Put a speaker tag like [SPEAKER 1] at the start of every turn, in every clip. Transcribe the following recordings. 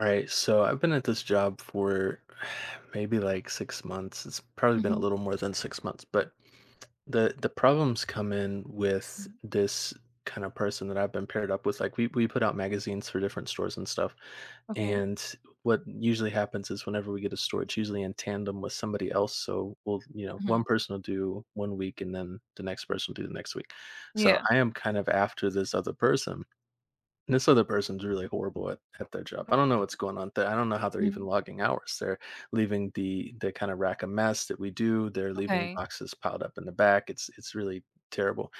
[SPEAKER 1] All right, so I've been at this job for maybe like 6 months. It's probably been a
[SPEAKER 2] Mhm,
[SPEAKER 1] little more than 6 months, but the problems come in with
[SPEAKER 2] mhm,
[SPEAKER 1] this kind of person that I've been paired up with. Like we put out magazines for different stores and stuff,
[SPEAKER 2] okay.
[SPEAKER 1] and what usually happens is whenever we get a store, it's usually in tandem with somebody else. So we'll, you know, one
[SPEAKER 2] Mhm.
[SPEAKER 1] person will do one week, and then the next person will do the next week. So
[SPEAKER 2] Yeah.
[SPEAKER 1] I am kind of after this other person, and this other person's really horrible at their job. I don't know what's going on there. I don't know how they're even
[SPEAKER 2] Mhm.
[SPEAKER 1] logging hours. They're leaving the kind of rack of mess that we do. They're leaving
[SPEAKER 2] Okay.
[SPEAKER 1] boxes piled up in the back. It's really terrible.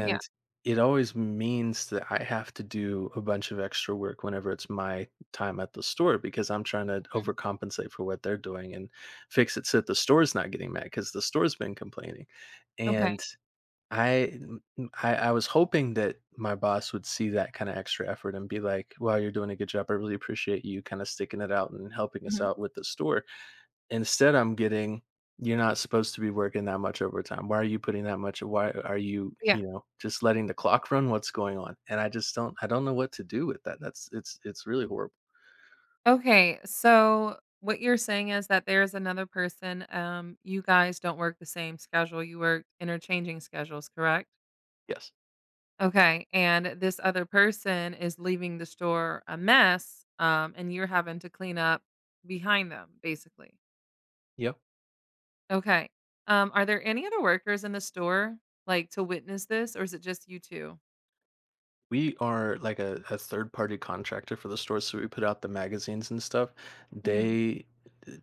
[SPEAKER 2] Yeah.
[SPEAKER 1] it always means that I have to do a bunch of extra work whenever it's my time at the store because I'm trying to
[SPEAKER 2] Mhm.
[SPEAKER 1] overcompensate for what they're doing and fix it so that the store's not getting mad because the store's been complaining.
[SPEAKER 2] Okay.
[SPEAKER 1] And I m m I was hoping that my boss would see that kinda extra effort and be like, "Wow, you're doing a good job. I really appreciate you kinda sticking it out and helping us
[SPEAKER 2] Mhm.
[SPEAKER 1] out with the store." Instead, I'm getting, "You're not supposed to be working that much overtime. Why are you putting that much, why are you,
[SPEAKER 2] Yeah.
[SPEAKER 1] you know, just letting the clock run? What's going on?" And I just don't know what to do with that. That's it's really horrible.
[SPEAKER 2] Okay, so what you're saying is that there's another person, you guys don't work the same schedule, you work interchanging schedules, correct?
[SPEAKER 1] Yes.
[SPEAKER 2] Okay, and this other person is leaving the store a mess, and you're having to clean up behind them, basically.
[SPEAKER 1] Yep.
[SPEAKER 2] Okay. Are there any other workers in the store, like, to witness this, or is it just you 2?
[SPEAKER 1] We are like a third party contractor for the store, so we put out the magazines and stuff.
[SPEAKER 2] Mhm.
[SPEAKER 1] They,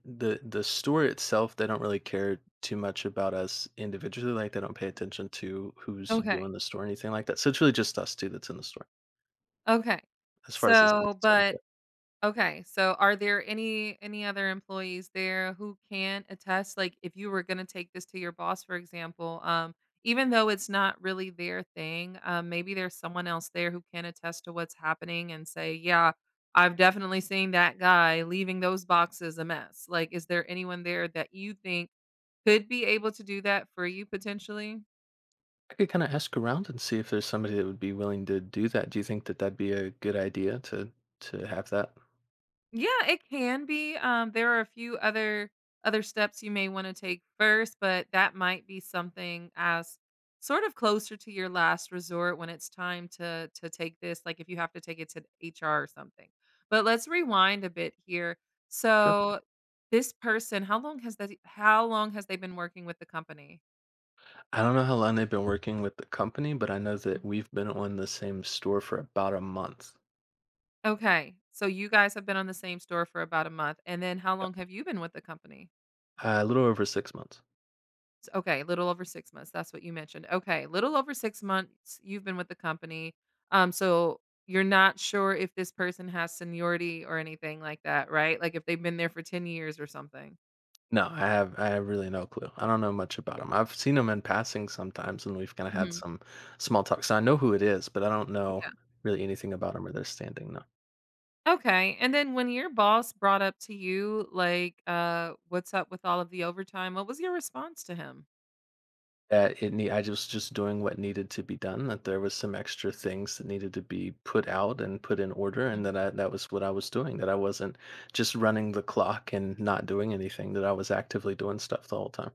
[SPEAKER 1] the store itself, they don't really care too much about us individually. Like they don't pay attention to who's doing
[SPEAKER 2] Okay.
[SPEAKER 1] the store or anything like that. So it's really just us two that's in the store
[SPEAKER 2] Okay.
[SPEAKER 1] as far as this is
[SPEAKER 2] So,
[SPEAKER 1] concerned.
[SPEAKER 2] but
[SPEAKER 1] But
[SPEAKER 2] okay. So, are there any other employees there who can attest, like, if you were going to take this to your boss, for example, even though it's not really their thing, maybe there's someone else there who can attest to what's happening and say, "Yeah, I've definitely seen that guy leaving those boxes a mess." Like, is there anyone there that you think could be able to do that for you potentially?
[SPEAKER 1] I could kind of ask around and see if there's somebody that would be willing to do that. Do you think that that'd be a good idea to have that?
[SPEAKER 2] Yeah, it can be. There are a few other steps you may want to take first, but that might be something as sort of closer to your last resort when it's time to take this. Like, if you have to take it to HR or something. But let's rewind a bit here.
[SPEAKER 1] Sure.
[SPEAKER 2] So this person, how long has that? How long has they been working with the company?
[SPEAKER 1] I don't know how long they've been working with the company, but I know
[SPEAKER 2] Mm.
[SPEAKER 1] that we've been on the same store for about a month.
[SPEAKER 2] Okay, so you guys have been on the same store for about a month, and then how long have you been with the company?
[SPEAKER 1] A little over 6 months.
[SPEAKER 2] Okay, little over 6 months, that's what you mentioned. Okay, little over 6 months you've been with the company, so you're not sure if this person has seniority or anything like that, right? Like, if they've been there for 10 years or something?
[SPEAKER 1] No, I have really no clue. I don't know much about him. I've seen him in passing sometimes, and we've kinda had
[SPEAKER 2] Mhm.
[SPEAKER 1] some small talk, so I know who it is, but I don't know
[SPEAKER 2] Yeah,
[SPEAKER 1] really anything about him or their standing, no.
[SPEAKER 2] okay, and then when your boss brought up to you, like, "What's up with all of the overtime?" what was your response to him?
[SPEAKER 1] that it need. I just was just doing what needed to be done, that there was some extra things that needed to be put out and put in order, and that was what I was doing, that I wasn't just running the clock and not doing anything, that I was actively doing stuff the whole time.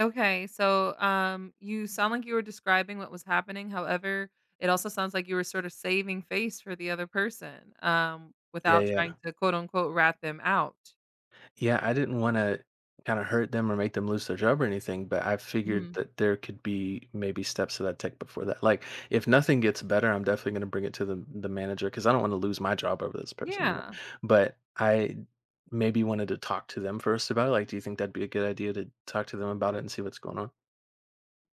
[SPEAKER 2] Okay, so you sound like you were describing what was happening. However, it also sounds like you were sort of saving face for the other person,
[SPEAKER 1] Yeah,
[SPEAKER 2] without
[SPEAKER 1] yeah.
[SPEAKER 2] trying to, quote unquote, rat them out.
[SPEAKER 1] Yeah, I didn't wanna kinda hurt them or make them lose their job or anything, but I figured
[SPEAKER 2] Hmm.
[SPEAKER 1] that there could be maybe steps to that I take before that. Like, if nothing gets better, I'm definitely gonna bring it to the manager because I don't wanna lose my job over this person, you know?
[SPEAKER 2] Yeah.
[SPEAKER 1] But I maybe wanted to talk to them first about it. Like, do you think that'd be a good idea to talk to them about it and see what's going on?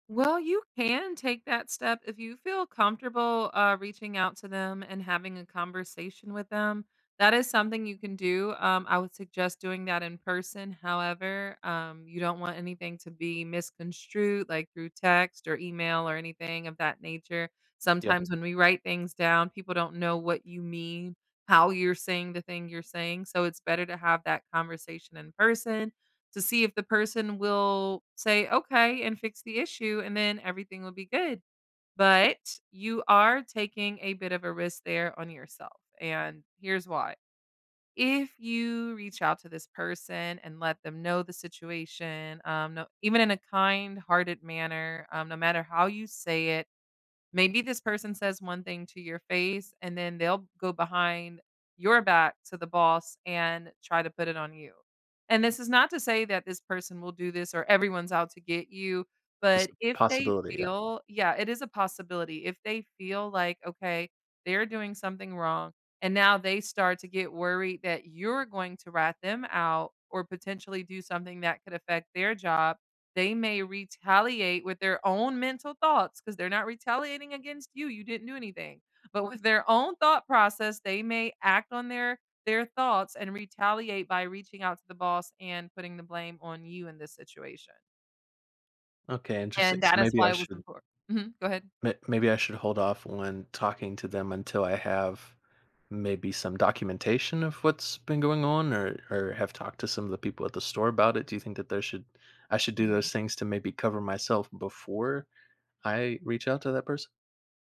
[SPEAKER 2] Well, you can take that step if you feel comfortable reaching out to them and having a conversation with them. That is something you can do. I would suggest doing that in person. However, you don't want anything to be misconstrued, like through text or email or anything of that nature.
[SPEAKER 1] Yeah,
[SPEAKER 2] Sometimes when we write things down, people don't know what you mean, how you're saying the thing you're saying. So it's better to have that conversation in person to see if the person will say, "Okay," and fix the issue, and then everything will be good. But you are taking a bit of a risk there on yourself, and here's why. If you reach out to this person and let them know the situation, no, even in a kind-hearted manner, no matter how you say it, maybe this person says one thing to your face, and then they'll go behind your back to the boss and try to put it on you. And this is not to say that this person will do this or everyone's out to get you,
[SPEAKER 1] just
[SPEAKER 2] but
[SPEAKER 1] a
[SPEAKER 2] if they
[SPEAKER 1] possibility, yeah.
[SPEAKER 2] feel, yeah, it is a possibility. If they feel like, okay, they're doing something wrong, and now they start to get worried that you're going to rat them out or potentially do something that could affect their job, they may retaliate with their own mental thoughts, because 'cause they're not retaliating against you, you didn't do anything. But with their own thought process, they may act on their thoughts and retaliate by reaching out to the boss and putting the blame on you in this situation.
[SPEAKER 1] Okay, interesting.
[SPEAKER 2] And
[SPEAKER 1] So
[SPEAKER 2] that is
[SPEAKER 1] maybe I
[SPEAKER 2] why it was
[SPEAKER 1] should
[SPEAKER 2] important. Mhm, go ahead.
[SPEAKER 1] may maybe I should hold off on talking to them until I have maybe some documentation of what's been going on or have talked to some of the people at the store about it. Do you think that there should I should do
[SPEAKER 2] Mhm.
[SPEAKER 1] those things to maybe cover myself before I reach out to that person?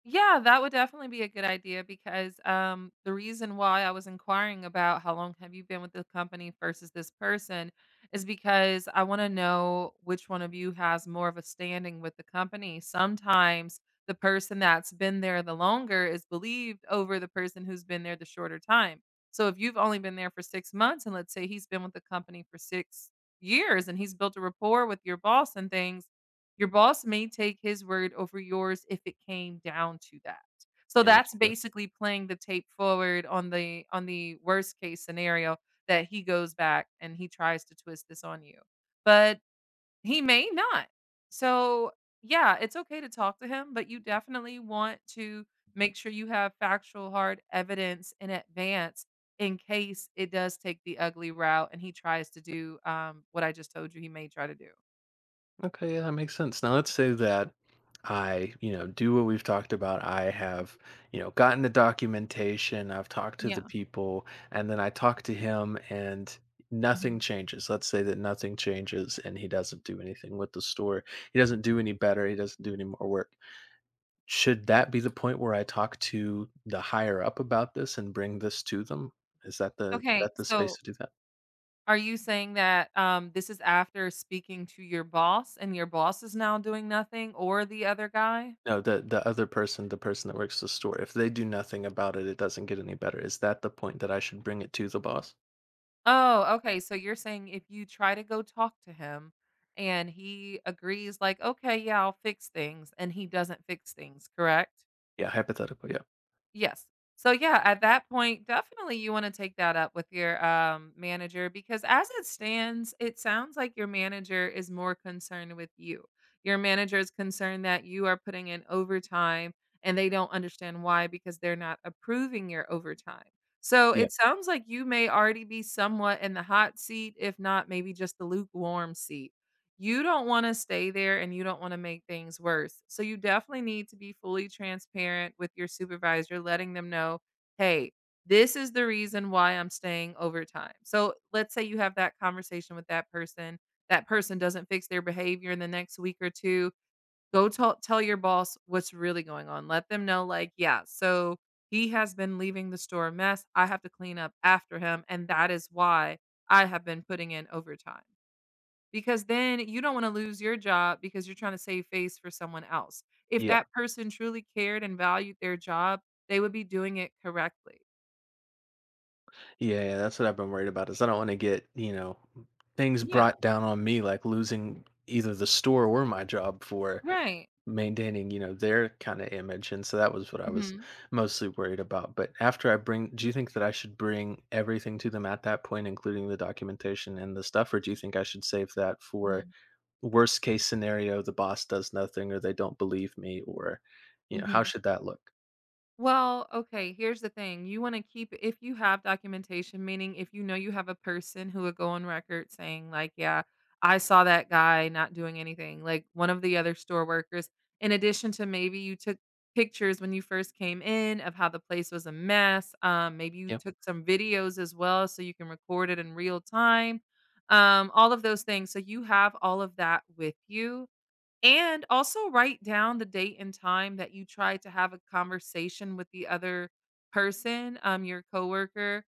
[SPEAKER 2] Yeah, that would definitely be a good idea because, the reason why I was inquiring about how long have you been with the company versus this person is because I want to know which one of you has more of a standing with the company. Sometimes the person that's been there the longer is believed over the person who's been there the shorter time. So if you've only been there for 6 months and let's say he's been with the company for 6 years and he's built a rapport with your boss and things, your boss may take his word over yours if it came down to that. So
[SPEAKER 1] Yeah, that's
[SPEAKER 2] that's
[SPEAKER 1] true.
[SPEAKER 2] basically playing the tape forward on the worst case scenario that he goes back and he tries to twist this on you. But he may not. So, yeah, it's okay to talk to him, but you definitely want to make sure you have factual hard evidence in advance in case it does take the ugly route and he tries to do, what I just told you he may try to do.
[SPEAKER 1] Okay, yeah, that makes sense. Now let's say that I, you know, do what we've talked about. I have, you know, gotten the documentation, I've talked to the
[SPEAKER 2] Yeah.
[SPEAKER 1] people, and then I talk to him, and nothing
[SPEAKER 2] Mhm.
[SPEAKER 1] changes. Let's say that nothing changes and he doesn't do anything with the store. He doesn't do any better, he doesn't do any more work. Should that be the point where I talk to the higher up about this and bring this to them? Is that the
[SPEAKER 2] Okay,
[SPEAKER 1] space
[SPEAKER 2] so
[SPEAKER 1] to do that?
[SPEAKER 2] are you saying that, this is after speaking to your boss and your boss is now doing nothing, or the other guy?
[SPEAKER 1] No, the other person, the person that works the store, if they do nothing about it, it doesn't get any better. Is that the point that I should bring it to the boss?
[SPEAKER 2] Oh, okay, so you're saying if you try to go talk to him and he agrees like, "Okay, yeah, I'll fix things," and he doesn't fix things, correct?
[SPEAKER 1] Yeah, hypothetical, yeah.
[SPEAKER 2] Yes. So yeah, at that point, definitely you want to take that up with your, manager, because as it stands, it sounds like your manager is more concerned with you. Your manager is concerned that you are putting in overtime and they don't understand why, because they're not approving your overtime. So
[SPEAKER 1] Yeah,
[SPEAKER 2] it sounds like you may already be somewhat in the hot seat, if not maybe just the lukewarm seat. You don't wanna stay there and you don't wanna make things worse. So you definitely need to be fully transparent with your supervisor, letting them know, "Hey, this is the reason why I'm staying overtime." So let's say you have that conversation with that person doesn't fix their behavior in the next week or 2, go tell your boss what's really going on. Let them know, like, "Yeah, so he has been leaving the store a mess. I have to clean up after him, and that is why I have been putting in overtime." Because then you don't wanna lose your job because you're trying to save face for someone else. If
[SPEAKER 1] yeah.
[SPEAKER 2] that person truly cared and valued their job, they would be doing it correctly.
[SPEAKER 1] Yeah, yeah, that's what I've been worried about, is I don't wanna get, you know, things
[SPEAKER 2] Yeah,
[SPEAKER 1] brought down on me, like losing either the store or my job for
[SPEAKER 2] right.
[SPEAKER 1] maintaining, you know, their kinda image, and so that was what I was
[SPEAKER 2] Mhm,
[SPEAKER 1] mostly worried about. But after I bring do you think that I should bring everything to them at that point, including the documentation and the stuff, or do you think I should save that for
[SPEAKER 2] mhm,
[SPEAKER 1] worst case scenario, the boss does nothing or they don't believe me or, you know, how
[SPEAKER 2] mhm.
[SPEAKER 1] should that look?
[SPEAKER 2] Well, okay, here's the thing. You want to keep, if you have documentation, meaning if you know you have a person who would go on record saying like, "Yeah, I saw that guy not doing anything," like one of the other store workers, in addition to, maybe you took pictures when you first came in of how the place was a mess. Maybe you
[SPEAKER 1] Yeah.
[SPEAKER 2] took some videos as well so you can record it in real time. All of those things. So you have all of that with you, and also write down the date and time that you tried to have a conversation with the other person, your coworker,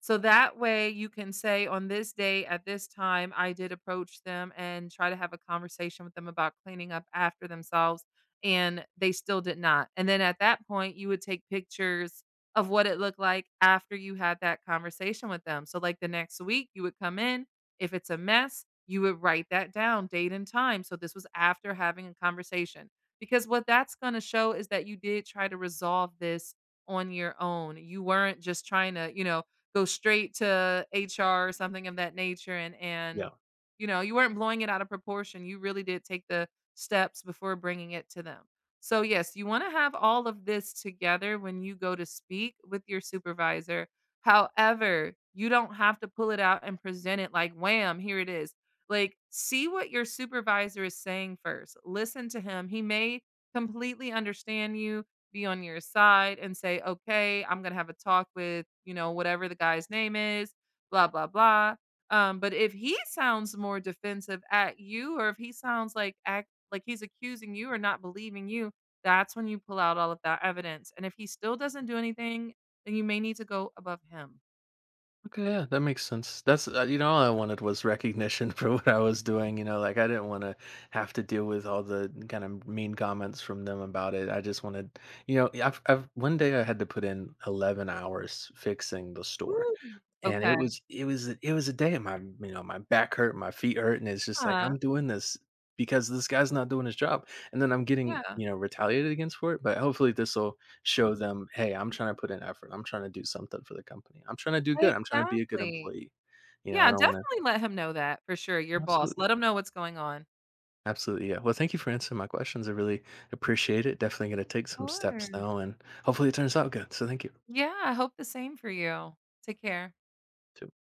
[SPEAKER 2] so that way you can say, on this day at this time, I did approach them and try to have a conversation with them about cleaning up after themselves, and they still did not. And then at that point, you would take pictures of what it looked like after you had that conversation with them. So, like, the next week, you would come in. If it's a mess, you would write that down, date and time. So, this was after having a conversation. Because what that's going to show is that you did try to resolve this on your own. You weren't just trying to, go straight to HR or something of that nature, and
[SPEAKER 1] Yeah.
[SPEAKER 2] and you know, you weren't blowing it out of proportion. You really did take the steps before bringing it to them. So, yes, you want to have all of this together when you go to speak with your supervisor. However, you don't have to pull it out and present it like, wham, here it is. Like, see what your supervisor is saying first. Listen to him. He may completely understand you, be on your side, and say, "Okay, I'm gonna have a talk with, you know, whatever the guy's name is, blah, blah, blah." But if he sounds more defensive at you, or if he sounds like, act like he's accusing you or not believing you, that's when you pull out all of that evidence. And if he still doesn't do anything, then you may need to go above him.
[SPEAKER 1] Okay, yeah, that makes sense. That's You know, all I wanted was recognition for what I was doing. You know, like I didn't want to have to deal with all the kind of mean comments from them about it. I just wanted, you know, I've one day I had to put in 11 hours fixing the store.
[SPEAKER 2] Ooh,
[SPEAKER 1] And it
[SPEAKER 2] okay.
[SPEAKER 1] was it was a- it was a day, and my, you know, my back hurt, my feet hurt, and it's just like,
[SPEAKER 2] Yeah,
[SPEAKER 1] I'm doing this because this guy's not doing his job, and then I'm getting,
[SPEAKER 2] yeah,
[SPEAKER 1] you know, retaliated against for it, but hopefully this'll show them, "Hey, I'm trying to put in effort. I'm trying to do something for the company. I'm trying to do good. I'm trying to be a good
[SPEAKER 2] exactly.
[SPEAKER 1] employee." You know, I
[SPEAKER 2] Yeah,
[SPEAKER 1] don't wanna.
[SPEAKER 2] definitely let him know that for sure, your boss.
[SPEAKER 1] Absolutely.
[SPEAKER 2] Let him know what's going on.
[SPEAKER 1] Absolutely, yeah. Well, thank you for answering my questions. I really appreciate it. Definitely gonna take
[SPEAKER 2] Of
[SPEAKER 1] some steps
[SPEAKER 2] course.
[SPEAKER 1] now, and hopefully it turns out good. So thank you.
[SPEAKER 2] Yeah, I hope the same for you. Take care.